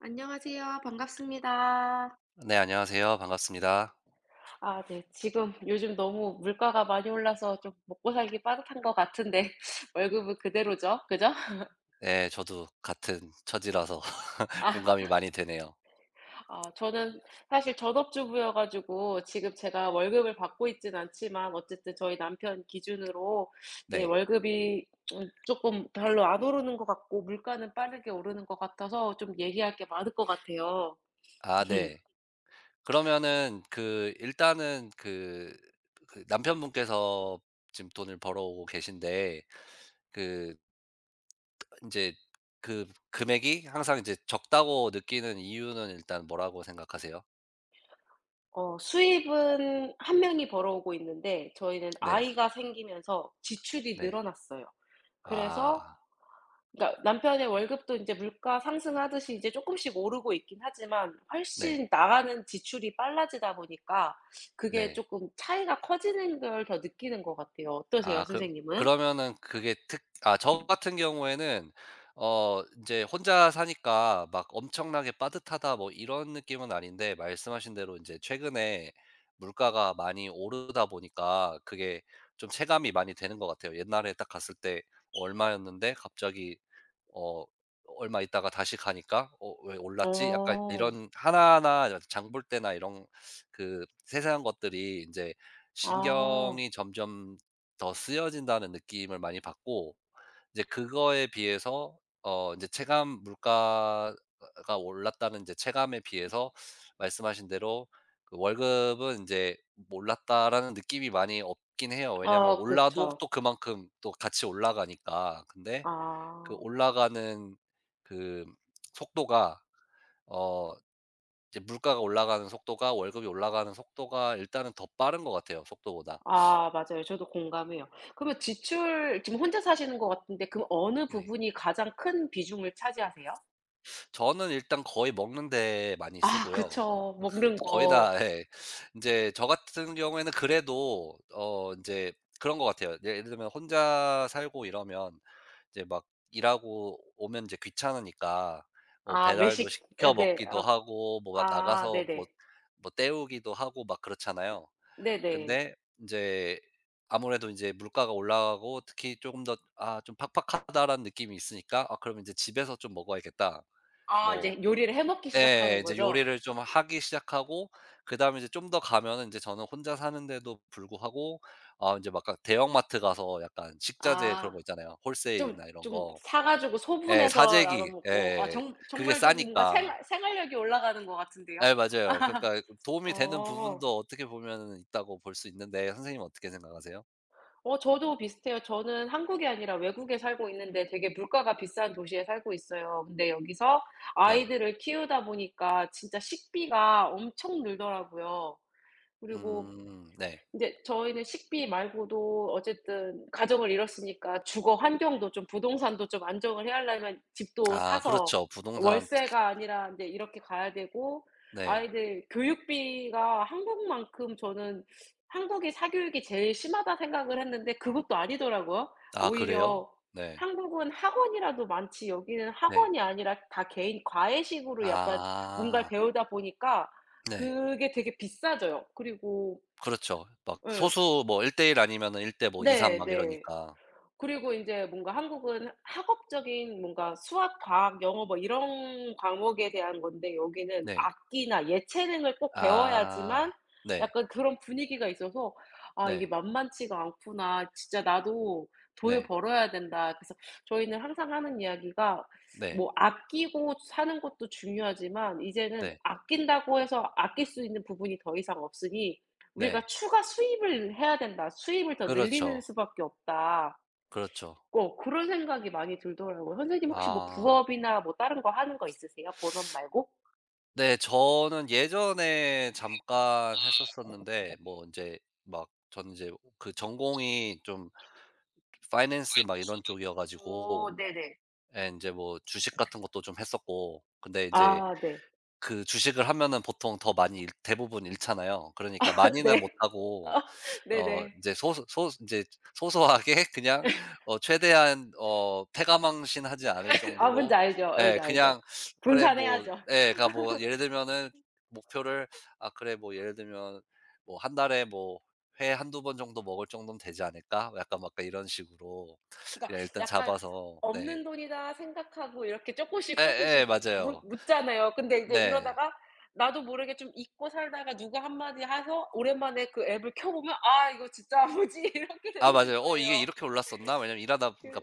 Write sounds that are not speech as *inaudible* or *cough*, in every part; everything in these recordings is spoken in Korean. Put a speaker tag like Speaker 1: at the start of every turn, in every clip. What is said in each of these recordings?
Speaker 1: 안녕하세요. 반갑습니다.
Speaker 2: 네, 안녕하세요. 반갑습니다.
Speaker 1: 아, 네. 지금 요즘 너무 물가가 많이 올라서 좀 먹고 살기 빠듯한 것 같은데, *laughs* 월급은 그대로죠. 그죠?
Speaker 2: 네, 저도 같은 처지라서 *laughs*
Speaker 1: 아,
Speaker 2: 공감이 많이 되네요.
Speaker 1: 아, 저는 사실 전업주부여 가지고 지금 제가 월급을 받고 있진 않지만, 어쨌든 저희 남편 기준으로 이게
Speaker 2: 네.
Speaker 1: 월급이 금끔 별로 안 오르는 것 같고, 물가는 빠르게 오르는 것 같아서 좀 얘기할 게 많을 것 같아요.
Speaker 2: 아 네.
Speaker 1: *laughs*
Speaker 2: 그러면은 일단은 남편분께서 지금 돈을 벌어오고 계신데 그 이제 금액이 항상 이제 적다고 느끼는 이유는 일단 뭐라고 생각하세요?
Speaker 1: 어, 수입은 한 명이 벌어오고 있는데 저희는
Speaker 2: 네.
Speaker 1: 아이가 생기면서 지출이
Speaker 2: 네.
Speaker 1: 늘어났어요. 그래서,
Speaker 2: 아.
Speaker 1: 그러니까 남편의 월급도 인제 물가 상승하듯이 이제 쪼끔씩 오르고 있긴 하지만
Speaker 2: 네.
Speaker 1: 훨씬 나가는 지출이 빨라지다 보니까 그게
Speaker 2: 네.
Speaker 1: 쪼끔 차이가 커지는 걸 더 느끼는 것 같아요. 어떠세요,
Speaker 2: 아 그
Speaker 1: 선생님은?
Speaker 2: 그러면은 그게 특 아 저 같은 경우에는 이제 혼자 사니까 막 '엄청나게 빠듯하다.' 뭐 이런 느낌은 아닌데, 말씀하신 대로 이제 최근에 물가가 많이 오르다 보니까 그게 좀 체감이 많이 되는 것 같아요. 옛날에 딱 갔을 때 얼마였는데 갑자기 어 얼마 있다가 다시 가니까 '어 왜 올랐지?' 약간
Speaker 1: 어.
Speaker 2: 이런 하나하나 장볼 때나 이런 그 세세한 것들이 이제
Speaker 1: 아.
Speaker 2: 신경이 점점 더 쓰여진다는 느낌을 많이 받고, 이제 그거에 비해서 이제 체감 물가가 올랐다는 이제 체감에 비해서 말씀하신 대로 그 월급은 이제 '올랐다.'라는 느낌이 많이 없긴 해요. 왜냐하면
Speaker 1: 아,
Speaker 2: 올라도
Speaker 1: 그쵸.
Speaker 2: 또 그만큼 또 같이 올라가니까. 근데 그
Speaker 1: 아.
Speaker 2: 올라가는 그 속도가 어 이제 물가가 올라가는 속도가 월급이 올라가는 속도가 일단은 더 빠른 것 같아요 속도보다.
Speaker 1: 아, 맞아요. 저도 공감해요. 그러면 지출 지금 혼자 사시는 것 같은데 그럼 어느
Speaker 2: 네.
Speaker 1: 부분이 가장 큰 비중을 차지하세요?
Speaker 2: 저는 일단 거의 먹는 데 많이
Speaker 1: 아,
Speaker 2: 쓰고요.
Speaker 1: 그쵸.
Speaker 2: 그
Speaker 1: 먹는
Speaker 2: 거의
Speaker 1: 거.
Speaker 2: 다 *laughs* 예. 이제 저 같은 경우에는 그래도 이제 그런 것 같아요. 예, 예를 들면 혼자 살고 이러면 이제 막 일하고 오면 이제 귀찮으니까 뭐
Speaker 1: 아,
Speaker 2: 배달도
Speaker 1: 외식. 에,
Speaker 2: 시켜
Speaker 1: 네.
Speaker 2: 먹기도
Speaker 1: 아,
Speaker 2: 하고 뭐
Speaker 1: 아,
Speaker 2: 나가서 뭐
Speaker 1: 네네.
Speaker 2: 뭐 때우기도 하고 막 그렇잖아요.
Speaker 1: 네네.
Speaker 2: 근데 이제 아무래도 이제 물가가 올라가고, 특히 조금 더 '아 좀 팍팍하다.'라는 느낌이 있으니까 '아 그럼 이제 집에서 좀 먹어야겠다.'
Speaker 1: 아,
Speaker 2: 뭐
Speaker 1: 이제 요리를 해 먹기 시작하는
Speaker 2: 네. 이제
Speaker 1: 거죠?
Speaker 2: 요리를 좀 하기 시작하고, 그다음에 이제 좀 더 가면은 인제 저는 혼자 사는데도 불구하고 아 인제 막 그러니까 대형마트 가서 약간 식자재 그런
Speaker 1: 아,
Speaker 2: 거 있잖아요.
Speaker 1: 좀
Speaker 2: 홀세일이나 이런
Speaker 1: 좀
Speaker 2: 거.
Speaker 1: 사 가지고
Speaker 2: 예.
Speaker 1: 소분해서 나눠
Speaker 2: 사재기.
Speaker 1: 먹고 아,
Speaker 2: 예예예.
Speaker 1: 정
Speaker 2: 그게
Speaker 1: 정말 좀 뭔가
Speaker 2: 싸니까.
Speaker 1: 생활 생활력이 올라가는 것 같은데요.
Speaker 2: 예, 맞아요.
Speaker 1: *laughs*
Speaker 2: 그러니까 그 도움이 되는
Speaker 1: 어.
Speaker 2: 부분도 어떻게 보면은 있다고 볼 수 있는데, 선생님은 어떻게 생각하세요?
Speaker 1: 어, 저도 비슷해요. 저는 한국이 아니라 외국에 살고 있는데 되게 물가가 비싼 도시에 살고 있어요. 근데 여기서
Speaker 2: 네.
Speaker 1: 아이들을 키우다 보니까 진짜 식비가 엄청 늘더라고요. 그리고
Speaker 2: 네.
Speaker 1: 이제 저희는 식비 말고도 어쨌든 가정을 이뤘으니까 주거 환경도 좀, 부동산도 좀 안정을 해 하려면 집도
Speaker 2: 아
Speaker 1: 사서
Speaker 2: 그렇죠. 부동산.
Speaker 1: 월세가 아니라 인제 이렇게 가야 되고,
Speaker 2: 네.
Speaker 1: 아이들 교육비가 한국만큼, 저는 한국이 사교육이 제일 심하다 생각을 했는데 그것도 아니더라고요.
Speaker 2: 아 그래요?
Speaker 1: 오히려
Speaker 2: 네.
Speaker 1: 한국은 학원이라도 많지 여기는
Speaker 2: 네.
Speaker 1: 학원이 아니라 다 개인 과외식으로 약간 뭔가를
Speaker 2: 아.
Speaker 1: 배우다 보니까
Speaker 2: 네.
Speaker 1: 그게 되게 비싸져요. 그리고
Speaker 2: 그렇죠. 막
Speaker 1: 예,
Speaker 2: 소수 뭐 일대일 아니면은 일 대 뭐 이삼
Speaker 1: 네,
Speaker 2: 막
Speaker 1: 네.
Speaker 2: 이러니까.
Speaker 1: 그리고 인제 뭔가 한국은 학업적인 뭔가 수학, 과학, 영어 뭐 이런 과목에 대한 건데 여기는
Speaker 2: 네.
Speaker 1: 악기나 예체능을 꼭 배워야지만
Speaker 2: 아. 네.
Speaker 1: 약간 그런 분위기가 있어서 '아, 이게
Speaker 2: 네.
Speaker 1: 만만치가 않구나. 진짜 나도 돈을
Speaker 2: 네.
Speaker 1: 벌어야 된다.' 그래서 저희는 항상 하는 이야기가
Speaker 2: 네.
Speaker 1: 뭐 아끼고 사는 것도 중요하지만 이제는
Speaker 2: 네.
Speaker 1: 아낀다고 해서 아낄 수 있는 부분이 더 이상 없으니 우리가
Speaker 2: 네.
Speaker 1: 추가 수입을 해야 된다. '수입을 더 늘리는
Speaker 2: 그렇죠.
Speaker 1: 수밖에 없다.'
Speaker 2: 그렇죠.
Speaker 1: 어, 그런 생각이 많이 들더라고요. 선생님 혹시 뭐
Speaker 2: 아.
Speaker 1: 부업이나 뭐 다른 거 하는 거 있으세요? 본업 말고?
Speaker 2: 네. 저는 예전에 잠깐 했었었는데 뭐 인제 막 저는 이제 그 전공이 좀 파이낸스 막 이런 쪽이어 가지고
Speaker 1: 어, 네네.
Speaker 2: 예 인제 뭐 주식 같은 것도 좀 했었고. 근데 인제
Speaker 1: 아, 네.
Speaker 2: 그 주식을 하면은 보통 더 많이 잃 대부분 잃잖아요. 그러니까
Speaker 1: *laughs*
Speaker 2: 많이는 못
Speaker 1: 네.
Speaker 2: 하고
Speaker 1: 어,
Speaker 2: 어
Speaker 1: 네네.
Speaker 2: 이제 소소 이제 소소하게 *laughs* 그냥 최대한 패가망신하지 않을
Speaker 1: 아, 뭔지
Speaker 2: 정도로
Speaker 1: 알죠.
Speaker 2: 예
Speaker 1: 알죠, 알죠.
Speaker 2: 그냥
Speaker 1: 분산해야죠.
Speaker 2: 그러니까 뭐 예를 들면은 목표를 아 그래 뭐 예를 들면 뭐 한 달에 뭐 회 한두 번 정도 먹을 정도면 되지 않을까? 약간 막 이런 식으로
Speaker 1: 그러니까
Speaker 2: 그냥 일단
Speaker 1: 약간
Speaker 2: 잡아서 네.
Speaker 1: 없는 돈이다 생각하고 이렇게 쪼끔씩
Speaker 2: 예예.
Speaker 1: 쪼끔씩 묻
Speaker 2: 맞아요.
Speaker 1: 묻잖아요. 근데 이제
Speaker 2: 네.
Speaker 1: 이러다가 나도 모르게 좀 잊고 살다가 누가 한 마디 해서 오랜만에 그 앱을 켜 보면 '아 이거 진짜 *laughs* 뭐지?' 이렇게 돼
Speaker 2: 아,
Speaker 1: 있는
Speaker 2: 맞아요. '어 이게
Speaker 1: 거예요.
Speaker 2: 이렇게 올랐었나?' 왜냐면 일하다 보니까
Speaker 1: 그.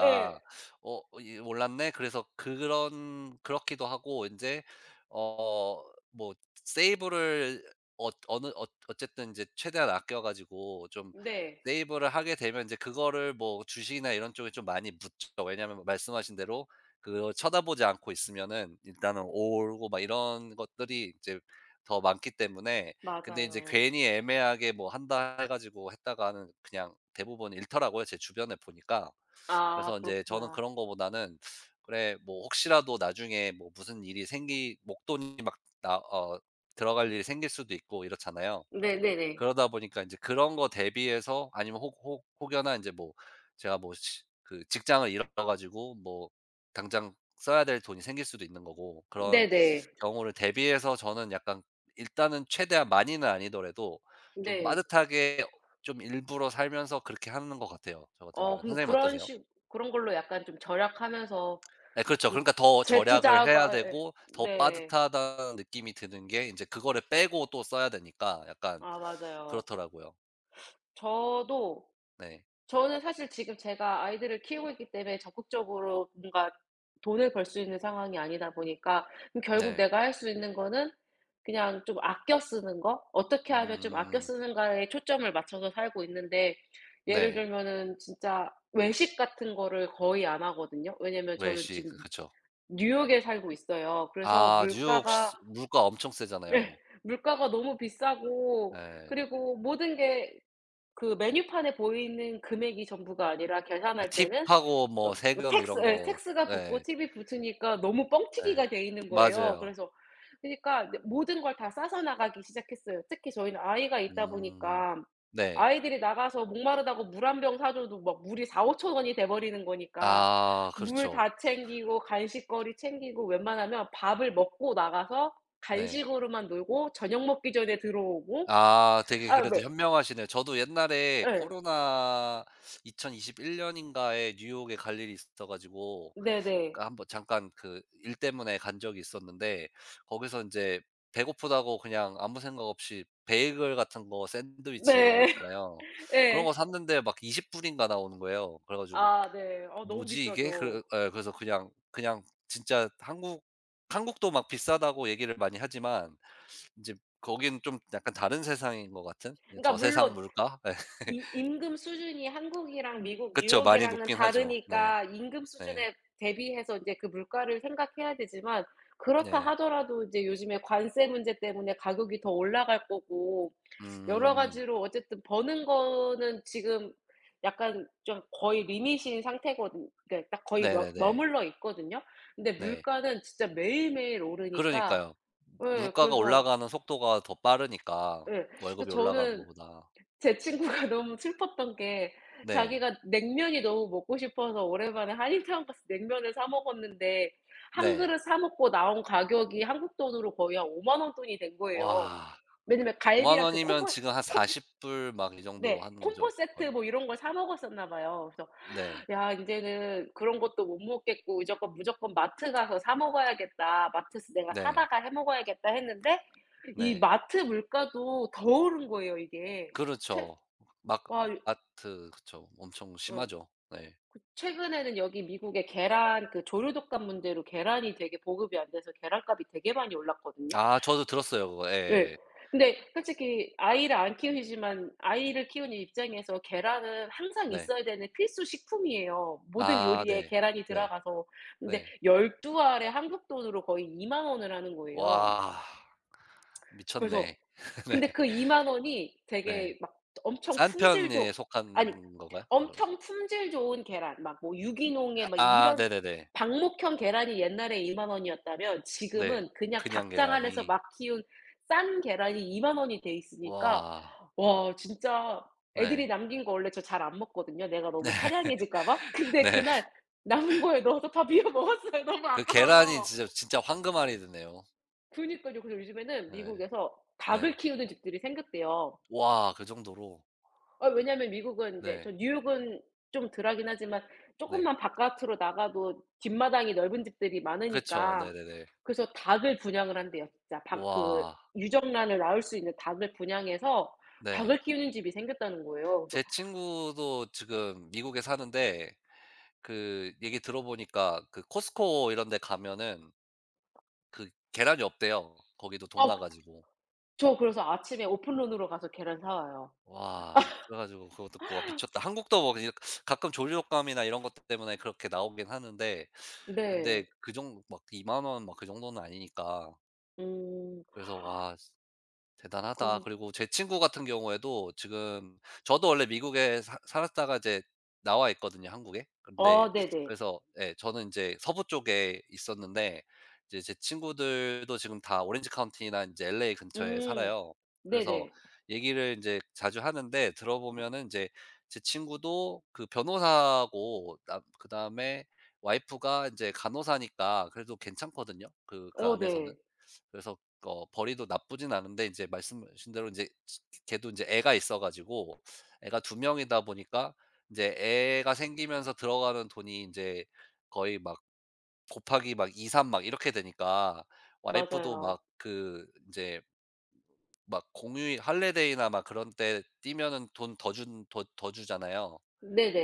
Speaker 1: 예.
Speaker 2: '어 어, 이 올랐네.' 그래서 그런 그렇기도 하고, 인제 어 뭐 세이브를 어 어느 어 어쨌든 인제 최대한 아껴 가지고 좀
Speaker 1: 네.
Speaker 2: 세이브를 하게 되면 인제 그거를 뭐 주식이나 이런 쪽에 좀 많이 묻죠. 왜냐면 말씀하신 대로 그걸 쳐다보지 않고 있으면은 일단은 오르고 막 이런 것들이 이제 더 많기 때문에. 근데 이제
Speaker 1: 맞아요.
Speaker 2: 괜히 애매하게 뭐 한다 해 가지고 했다가는 그냥 대부분 잃더라고요, 제 주변에 보니까.
Speaker 1: 아,
Speaker 2: 그래서 이제 저는
Speaker 1: 그렇구나.
Speaker 2: 그런 거보다는 '그래 뭐 혹시라도 나중에 뭐 무슨 일이 생기 목돈이 막 나 어 들어갈 일이 생길 수도 있고 이렇잖아요.
Speaker 1: 네네네.
Speaker 2: 그러다 보니까 인제 그런 거 대비해서 아니면 혹 혹 혹여나 인제 뭐 제가 뭐 시 그 직장을 잃어 가지고 뭐 당장 써야 될 돈이 생길 수도 있는 거고, 그런
Speaker 1: 네네.
Speaker 2: 경우를 대비해서 저는 약간 일단은 최대한 많이는 아니더라도 좀
Speaker 1: 네.
Speaker 2: 빠듯하게 좀 일부러 살면서 그렇게 하는 것 같아요, 저 같은
Speaker 1: 어,
Speaker 2: 경우에는.
Speaker 1: 그럼
Speaker 2: 선생님 어떠세요?
Speaker 1: 그런 걸로 약간 좀 절약하면서
Speaker 2: 예 그렇죠.
Speaker 1: 그
Speaker 2: 그러니까 더 절약을
Speaker 1: 재투자하고
Speaker 2: 해야
Speaker 1: 아, 예.
Speaker 2: 되고, 더
Speaker 1: 네.
Speaker 2: 빠듯하다는 느낌이 드는 게 인제 그거를 빼고 또 써야 되니까 약간
Speaker 1: 아, 맞아요.
Speaker 2: 그렇더라고요.
Speaker 1: 저도
Speaker 2: 네.
Speaker 1: 저는 사실 지금 제가 아이들을 키우고 있기 때문에 적극적으로 뭔가 돈을 벌 수 있는 상황이 아니다 보니까 그럼 결국
Speaker 2: 네.
Speaker 1: 내가 할 수 있는 거는 그냥 좀 아껴 쓰는 거? 어떻게 하면 좀 아껴
Speaker 2: 음.
Speaker 1: 쓰는가에 초점을 맞춰서 살고 있는데, 예를
Speaker 2: 네.
Speaker 1: 들면은 진짜 외식 같은 거를 거의 안 하거든요. 왜냐면 저는
Speaker 2: 외식.
Speaker 1: 지금
Speaker 2: 그 그쵸.
Speaker 1: 뉴욕에 살고 있어요. 그래서
Speaker 2: 아 뉴욕
Speaker 1: 물가가,
Speaker 2: 시 물가 엄청
Speaker 1: 예,
Speaker 2: 세잖아요.
Speaker 1: 물가가 너무 비싸고,
Speaker 2: 예.
Speaker 1: 그리고 모든 게 그 메뉴판에 보이는 금액이 전부가 아니라
Speaker 2: 아
Speaker 1: 계산할 때는
Speaker 2: 팁하고
Speaker 1: 어,
Speaker 2: 뭐
Speaker 1: 뭐
Speaker 2: 세금
Speaker 1: 텍스,
Speaker 2: 이런
Speaker 1: 예,
Speaker 2: 거.
Speaker 1: 텍스가 붙고
Speaker 2: 예.
Speaker 1: 팁이 붙으니까 너무
Speaker 2: 예.
Speaker 1: 뻥튀기가 돼 있는 거예요.
Speaker 2: 맞아요.
Speaker 1: 그래서 그니까 이제 모든 걸 다 싸서 나가기 시작했어요. 특히 저희는 아이가 있다
Speaker 2: 음.
Speaker 1: 보니까
Speaker 2: 네.
Speaker 1: 아이들이 나가서 목마르다고 물 한 병 사 줘도 막 물이 4, 5천 원이 돼 버리는 거니까
Speaker 2: 아
Speaker 1: 물
Speaker 2: 그렇죠.
Speaker 1: 다 챙기고 간식거리 챙기고 웬만하면 밥을 먹고 나가서
Speaker 2: 네.
Speaker 1: 간식으로만 놀고 저녁 먹기 전에 들어오고.
Speaker 2: 아 되게
Speaker 1: 아,
Speaker 2: 그래도
Speaker 1: 네.
Speaker 2: 현명하시네요. 저도 옛날에
Speaker 1: 예.
Speaker 2: 코로나 2021년 년인가에 뉴욕에 갈 일이 있어 가지고
Speaker 1: 네네.
Speaker 2: 한번 잠깐 그 일 때문에 간 적이 있었는데, 거기서 인제 배고프다고 그냥 아무 생각 없이 베이글 같은 거 샌드위치 이런 거
Speaker 1: 네.
Speaker 2: 있잖아요.
Speaker 1: *laughs*
Speaker 2: 그런
Speaker 1: 예.
Speaker 2: 거 샀는데 막 20 불인가 나오는 거예요. 그래 가지고
Speaker 1: 아, 네. 어, 너무
Speaker 2: '뭐지 이게?'
Speaker 1: 비싸죠.
Speaker 2: 그 예 그래서 그냥 그냥 진짜 한국 한국도 막 비싸다고 얘기를 많이 하지만 인제 거기는 좀 약간 다른 세상인 것 같은 예
Speaker 1: 그러니까
Speaker 2: 저세상
Speaker 1: 물론
Speaker 2: 물가? 예.
Speaker 1: 이
Speaker 2: *laughs*
Speaker 1: 임금 수준이 한국이랑 미국
Speaker 2: 그쵸. 많이
Speaker 1: 뉴욕이랑은
Speaker 2: 높긴 하죠. 네.
Speaker 1: 다르니까 임금
Speaker 2: 네.
Speaker 1: 수준에 대비해서 인제 그 물가를 생각해야 되지만, 그렇다
Speaker 2: 네.
Speaker 1: 하더라도 이제 요즘에 관세 문제 때문에 가격이 더 올라갈 거고 여러
Speaker 2: 음.
Speaker 1: 가지로 어쨌든 버는 거는 지금 약간 좀 거의 리밋인 상태거든. 그러니까 딱 거의 머
Speaker 2: 네네네.
Speaker 1: 머물러 있거든요. 근데
Speaker 2: 네.
Speaker 1: 물가는 진짜 매일매일 오르니까.
Speaker 2: 그러니까요.
Speaker 1: 예.
Speaker 2: 물가가
Speaker 1: 그래서.
Speaker 2: 올라가는 속도가 더 빠르니까
Speaker 1: 예. 그래서
Speaker 2: 월급이 올라가는
Speaker 1: 저는,
Speaker 2: 것보다.
Speaker 1: 제 친구가 *laughs* 너무 슬펐던 게
Speaker 2: 네.
Speaker 1: 자기가 냉면이 너무 먹고 싶어서 오랜만에 한인타운 가서 냉면을 사 먹었는데 한
Speaker 2: 네.
Speaker 1: 그릇 사 먹고 나온 가격이 한국 돈으로 거의 한5만 원 돈이 된 거예요.
Speaker 2: 와.
Speaker 1: 왜냐면
Speaker 2: 5만
Speaker 1: 갈비랑 그
Speaker 2: 원이면
Speaker 1: 콤보,
Speaker 2: 지금 한
Speaker 1: 콤
Speaker 2: 40불 막 이 정도
Speaker 1: 네,
Speaker 2: 하는
Speaker 1: 콤보
Speaker 2: 거죠
Speaker 1: 세트
Speaker 2: 거의.
Speaker 1: 뭐 이런 걸 사 먹었었나 봐요. 그래서
Speaker 2: 네.
Speaker 1: '야 인제는 그런 것도 못 먹겠고 무조건, 무조건 마트 가서 사 먹어야겠다. 마트에서 내가
Speaker 2: 네.
Speaker 1: 사다가 해 먹어야겠다.' 했는데 이
Speaker 2: 네.
Speaker 1: 마트 물가도 더 오른 거예요 이게. 최
Speaker 2: 그렇죠. 막
Speaker 1: 와.
Speaker 2: 마트 그쵸. 엄청
Speaker 1: 어,
Speaker 2: 심하죠. 네.
Speaker 1: 그 최근에는 여기 미국에 계란, 그 조류 독감 문제로 계란이 되게 보급이 안 돼서 계란값이 되게 많이 올랐거든요.
Speaker 2: 아 저도 들었어요 그거.
Speaker 1: 예.
Speaker 2: 예예예.
Speaker 1: 근데 솔직히 아이를 안 키우시지만 아이를 키우는 입장에서 계란은 항상
Speaker 2: 네.
Speaker 1: 있어야 되는 필수 식품이에요. 모든
Speaker 2: 아
Speaker 1: 요리에
Speaker 2: 네.
Speaker 1: 계란이
Speaker 2: 네.
Speaker 1: 들어가서. 근데
Speaker 2: 네.
Speaker 1: 12 알에 한국 돈으로 거의 2만 원을 하는 거예요.
Speaker 2: 와.
Speaker 1: 그래서.
Speaker 2: 미쳤네. *laughs* 네.
Speaker 1: 근데 그2만 원이
Speaker 2: 네.
Speaker 1: 되게 막 엄청
Speaker 2: 싼
Speaker 1: 품질
Speaker 2: 편에
Speaker 1: 좋 아니,
Speaker 2: 속한 건가요? 어.
Speaker 1: 엄청 품질 좋은 계란, 막 뭐 유기농의 막
Speaker 2: 아
Speaker 1: 이런
Speaker 2: 네네네.
Speaker 1: 방목형 계란이 옛날에 2만 원이었다면
Speaker 2: 네.
Speaker 1: 지금은 그냥
Speaker 2: 그냥
Speaker 1: 닭장 안에서
Speaker 2: 계란이.
Speaker 1: 막 키운 싼 계란이 2만 원이 돼 있으니까.
Speaker 2: 와.
Speaker 1: 와 진짜. 애들이
Speaker 2: 네.
Speaker 1: 남긴 거 원래 저 잘 안 먹거든요, 내가 너무
Speaker 2: *laughs*
Speaker 1: 처량해질까 봐. *laughs* 근데
Speaker 2: 네.
Speaker 1: 그날 남은 거에 넣어서 다 비워 먹었어요, 너무
Speaker 2: 그 계란이
Speaker 1: 아까워서.
Speaker 2: 진짜 진짜 황금알이드네요.
Speaker 1: 그니까요. 그래서 요즘에는
Speaker 2: 네.
Speaker 1: 미국에서 닭을
Speaker 2: 네.
Speaker 1: 키우는 집들이 생겼대요.
Speaker 2: 와 그 정도로.
Speaker 1: 어, 왜냐면 미국은 이제 저
Speaker 2: 네.
Speaker 1: 뉴욕은 좀 덜하긴 하지만 조금
Speaker 2: 네.
Speaker 1: 만 바깥으로 나가도 뒷마당이 넓은 집들이
Speaker 2: 그쵸.
Speaker 1: 많으니까
Speaker 2: 네네네.
Speaker 1: 그래서 닭을 분양을 한대요. 진짜. 그
Speaker 2: 와.
Speaker 1: 유정란을 낳을 수 있는 닭을 분양해서 닭을
Speaker 2: 네.
Speaker 1: 키우는 집이 생겼다는 거예요. 그래서.
Speaker 2: 제 친구도 지금 미국에 사는데 그 얘기 들어보니까 그 코스코 이런 데 가면은 그 계란이 없대요. 거기도 동나
Speaker 1: 아.
Speaker 2: 가지고.
Speaker 1: 저. 그래서 아침에 오픈런으로 가서 계란 사 와요.
Speaker 2: 와. 그래 가지고 그거 듣고 '와 미쳤다.' 한국도 뭐 그냥 가끔 조류독감이나 이런 것 때문에 그렇게 나오긴 하는데, 근데
Speaker 1: 네.
Speaker 2: 그 정 막2만 원 막 그 정도는 아니니까.
Speaker 1: 음.
Speaker 2: 그래서 와 대단하다.
Speaker 1: 그런
Speaker 2: 그리고 제 친구 같은 경우에도 지금, 저도 원래 미국에 사 살았다가 이제 나와 있거든요, 한국에. 근데
Speaker 1: 아 네네.
Speaker 2: 그래서 예 저는 이제 서부 쪽에 있었는데 이제 제 친구들도 지금 다 오렌지 카운티나 이제 LA 근처에
Speaker 1: 음.
Speaker 2: 살아요. 그래서
Speaker 1: 네네.
Speaker 2: 얘기를 이제 자주 하는데 들어보면은 이제 제 친구도 그 변호사고 그다음에 와이프가 이제 간호사니까 그래도 괜찮거든요, 그 그
Speaker 1: 어,
Speaker 2: 안에서는.
Speaker 1: 네.
Speaker 2: 그래서 어 벌이도 나쁘진 않은데 이제 말씀하신 대로 이제 지 걔도 이제 애가 있어 가지고 애가 2명 명이다 보니까 이제 애가 생기면서 들어가는 돈이 이제 거의 막 곱하기 막 2-3 막 이렇게 되니까, 와이프도
Speaker 1: 맞아요.
Speaker 2: 막 그 이제 막 공휴일 할리데이나 막 그런 때 뛰면은 돈 더 준 더 더 주잖아요.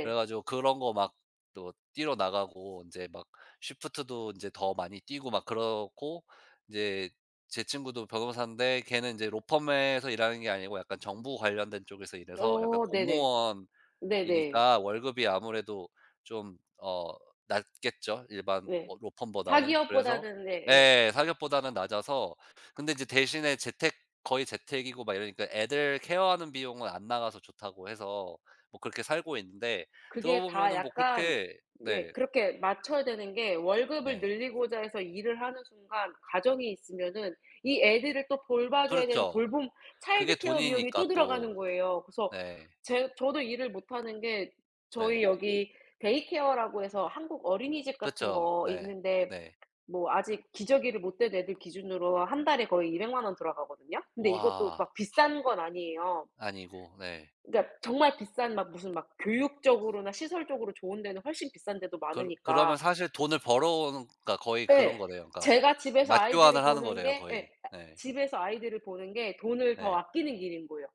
Speaker 2: 그래 가지고 그런 거 막 또 뛰러 나가고, 이제 막 쉬프트도 이제 더 많이 뛰고 막 그러고, 이제 제 친구도 변호사인데 걔는 이제 로펌에서 일하는 게 아니고 약간 정부 관련된 쪽에서 일해서 약간
Speaker 1: 어, 네네.
Speaker 2: 공무원
Speaker 1: 네네.
Speaker 2: 이니까 월급이 아무래도 좀 낮겠죠, 일반
Speaker 1: 네.
Speaker 2: 워 로펌보다는. 그래서
Speaker 1: 자기업보다는. 예예.
Speaker 2: 네 사기업보다는 낮아서. 근데 이제 대신에 재택 거의 재택이고 막 이러니까 애들 케어하는 비용은 안 나가서 좋다고 해서 뭐 그렇게 살고 있는데
Speaker 1: 그게 다
Speaker 2: 들어보면은 뭐
Speaker 1: 약간,
Speaker 2: 그렇게
Speaker 1: 예,
Speaker 2: 네.
Speaker 1: 그렇게 맞춰야 되는 게, 월급을
Speaker 2: 네.
Speaker 1: 늘리고자 해서 일을 하는 순간 가정이 있으면은 이 애들을 또 돌봐 줘야 되는
Speaker 2: 그렇죠.
Speaker 1: 돌봄,
Speaker 2: 그게
Speaker 1: 차일드 케어 비용이
Speaker 2: 돈이니까
Speaker 1: 또 들어가는
Speaker 2: 또.
Speaker 1: 거예요. 그래서
Speaker 2: 네.
Speaker 1: 제 저도 일을 못 하는 게, 저희
Speaker 2: 네.
Speaker 1: 여기 데이케어라고 해서 한국 어린이집
Speaker 2: 그렇
Speaker 1: 같은
Speaker 2: 죠
Speaker 1: 거
Speaker 2: 네.
Speaker 1: 있는데,
Speaker 2: 네.
Speaker 1: 뭐 아직 기저귀를 못 뗀 애들 기준으로 한 달에 거의 2 0 0 원 들어가거든요. 근데 이것도
Speaker 2: 와
Speaker 1: 막 비싼 건 아니에요.
Speaker 2: 아니고. 네.
Speaker 1: 그러니까 정말 비싼, 막 무슨 막 교육적으로나 시설적으로 좋은 데는 훨씬 비싼 데도 많으니까.
Speaker 2: 그러면 사실 돈을 벌어오는, 그러니까 거의
Speaker 1: 예.
Speaker 2: 그런 거네요. 그러니까
Speaker 1: 제가 집에서 아이들을
Speaker 2: 맞교환을 하는
Speaker 1: 보는
Speaker 2: 거네요
Speaker 1: 게. 예.
Speaker 2: 거의.
Speaker 1: 아,
Speaker 2: 네.
Speaker 1: 집에서 아이들을 보는 게 돈을 더
Speaker 2: 네.
Speaker 1: 아끼는 길인 거예요.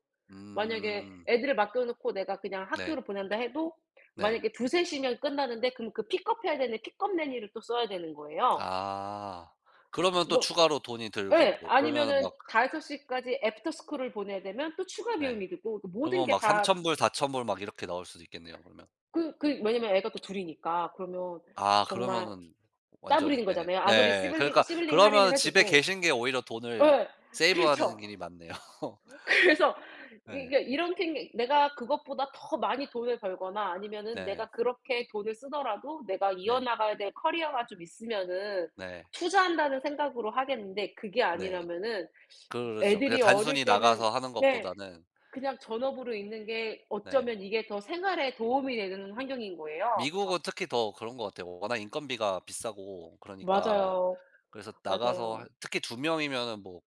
Speaker 1: 만약에
Speaker 2: 음.
Speaker 1: 애들을 맡겨 놓고 내가 그냥
Speaker 2: 네.
Speaker 1: 학교를 보낸다 해도,
Speaker 2: 네.
Speaker 1: 만약에 두세 시면 끝나는데 그럼 그 픽업해야 되는 픽업nanny를 또 써야 되는 거예요.
Speaker 2: 아. 그러면 또
Speaker 1: 뭐.
Speaker 2: 추가로 돈이
Speaker 1: 예.
Speaker 2: 들고 그러면은
Speaker 1: 아니면은
Speaker 2: 막
Speaker 1: 다섯 시까지 애프터 스쿨을 보내야 되면 또 추가
Speaker 2: 네.
Speaker 1: 비용이 들고, 그 모든
Speaker 2: 그러면
Speaker 1: 게
Speaker 2: 막
Speaker 1: 다
Speaker 2: 3,000불 4,000불 막 이렇게 나올 수도 있겠네요 그러면.
Speaker 1: 왜냐면 애가 또 둘이니까 그러면
Speaker 2: 아
Speaker 1: 정말
Speaker 2: 그러면은 완전
Speaker 1: 따블인
Speaker 2: 예.
Speaker 1: 거잖아요. 아무리
Speaker 2: 네.
Speaker 1: 시블링
Speaker 2: 그러니까
Speaker 1: 시블링 할인을
Speaker 2: 그러면은
Speaker 1: 해
Speaker 2: 집에
Speaker 1: 줘도.
Speaker 2: 계신 게 오히려 돈을
Speaker 1: 예. *laughs*
Speaker 2: 세이브하는
Speaker 1: 그렇죠.
Speaker 2: 길이 맞네요. *laughs*
Speaker 1: 그래서
Speaker 2: 네.
Speaker 1: 이게 이런 핑계, 내가 그것보다 더 많이 돈을 벌거나 아니면은
Speaker 2: 네.
Speaker 1: 내가 그렇게 돈을 쓰더라도 내가
Speaker 2: 네.
Speaker 1: 이어나가야 될 커리어가 좀 있으면은
Speaker 2: 네.
Speaker 1: 투자한다는 생각으로 하겠는데 그게
Speaker 2: 네.
Speaker 1: 아니라면은
Speaker 2: 그렇죠. 그냥
Speaker 1: 애들이 어릴
Speaker 2: 단순히
Speaker 1: 때는.
Speaker 2: 나가서 하는
Speaker 1: 네.
Speaker 2: 것보다는
Speaker 1: 그냥 전업으로 있는 게
Speaker 2: 네.
Speaker 1: 어쩌면 이게 더 생활에 도움이 되는 환경인 거예요. 그래서.
Speaker 2: 미국은 특히 더 그런 것 같아요. 워낙 인건비가 비싸고 그러니까.
Speaker 1: 맞아요.
Speaker 2: 그래서 나가서
Speaker 1: 맞아요.
Speaker 2: 할 특히 두 명이면은 뭐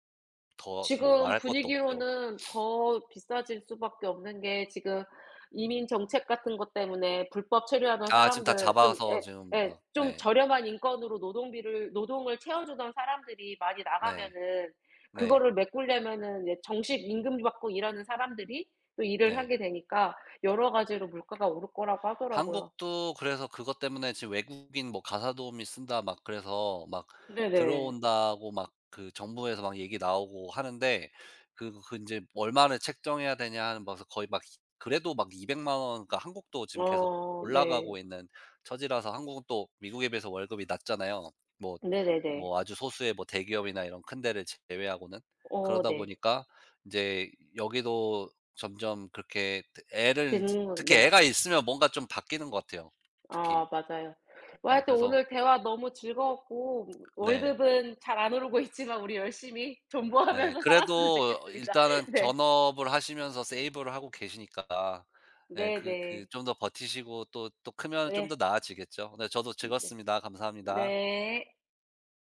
Speaker 2: 더 뭐
Speaker 1: 지금
Speaker 2: 말할 것도 없죠.
Speaker 1: 분위기로는 더 비싸질 수밖에 없는 게 지금 이민 정책 같은 것 때문에 불법 체류하던
Speaker 2: 아 지금 다
Speaker 1: 사람들 좀.
Speaker 2: 잡아서
Speaker 1: 예.
Speaker 2: 지금
Speaker 1: 예.
Speaker 2: 막
Speaker 1: 좀
Speaker 2: 네.
Speaker 1: 저렴한 인건으로 노동비를 노동을 채워 주던 사람들이 많이
Speaker 2: 네.
Speaker 1: 나가면은
Speaker 2: 네.
Speaker 1: 그거를 메꾸려면은 이제 정식 임금 받고 일하는 사람들이 또 일을
Speaker 2: 네.
Speaker 1: 하게 되니까 여러 가지로 물가가 오를 거라고 하더라고요.
Speaker 2: 한국도 그래서 그것 때문에 지금 외국인 뭐 가사 도우미 쓴다 막 그래서 막
Speaker 1: 네네.
Speaker 2: 들어온다고 막 그 정부에서 막 얘기 나오고 하는데 그그제 얼마를 책정해야 되냐 하는 봐서 거의 막 그래도 막2 0 0 원, 그러니까 한국도 지금 계속
Speaker 1: 어, 네.
Speaker 2: 올라가고 있는 처지라서, 한국은 또 미국에 비해서 월급이 낮잖아요. 뭐
Speaker 1: 네네네.
Speaker 2: 뭐 아주 소수의 뭐 대기업이나 이런 큰 데를 제외하고는.
Speaker 1: 어,
Speaker 2: 그러다
Speaker 1: 네.
Speaker 2: 보니까 이제 여기도 점점 그렇게 애를
Speaker 1: 듣는 건.
Speaker 2: 특히
Speaker 1: 네.
Speaker 2: 애가 있으면 뭔가 좀 바뀌는 것 같아요, 특히.
Speaker 1: 아, 맞아요. 와,
Speaker 2: 네
Speaker 1: 하여튼
Speaker 2: 그래서
Speaker 1: 오늘 대화 너무 즐거웠고
Speaker 2: 네.
Speaker 1: 월급은 잘 안 오르고 있지만 우리 열심히
Speaker 2: 네.
Speaker 1: 존버하면서 살았으면
Speaker 2: 그래도
Speaker 1: 좋겠습니다.
Speaker 2: 일단은
Speaker 1: *laughs* 네.
Speaker 2: 전업을 하시면서 세이브를 하고 계시니까 예 그 그
Speaker 1: 네네.
Speaker 2: 좀 더 버티시고 또 또 크면 좀
Speaker 1: 네.
Speaker 2: 더 나아지겠죠. 네 저도
Speaker 1: 네.
Speaker 2: 즐거웠습니다. 감사합니다.
Speaker 1: 네.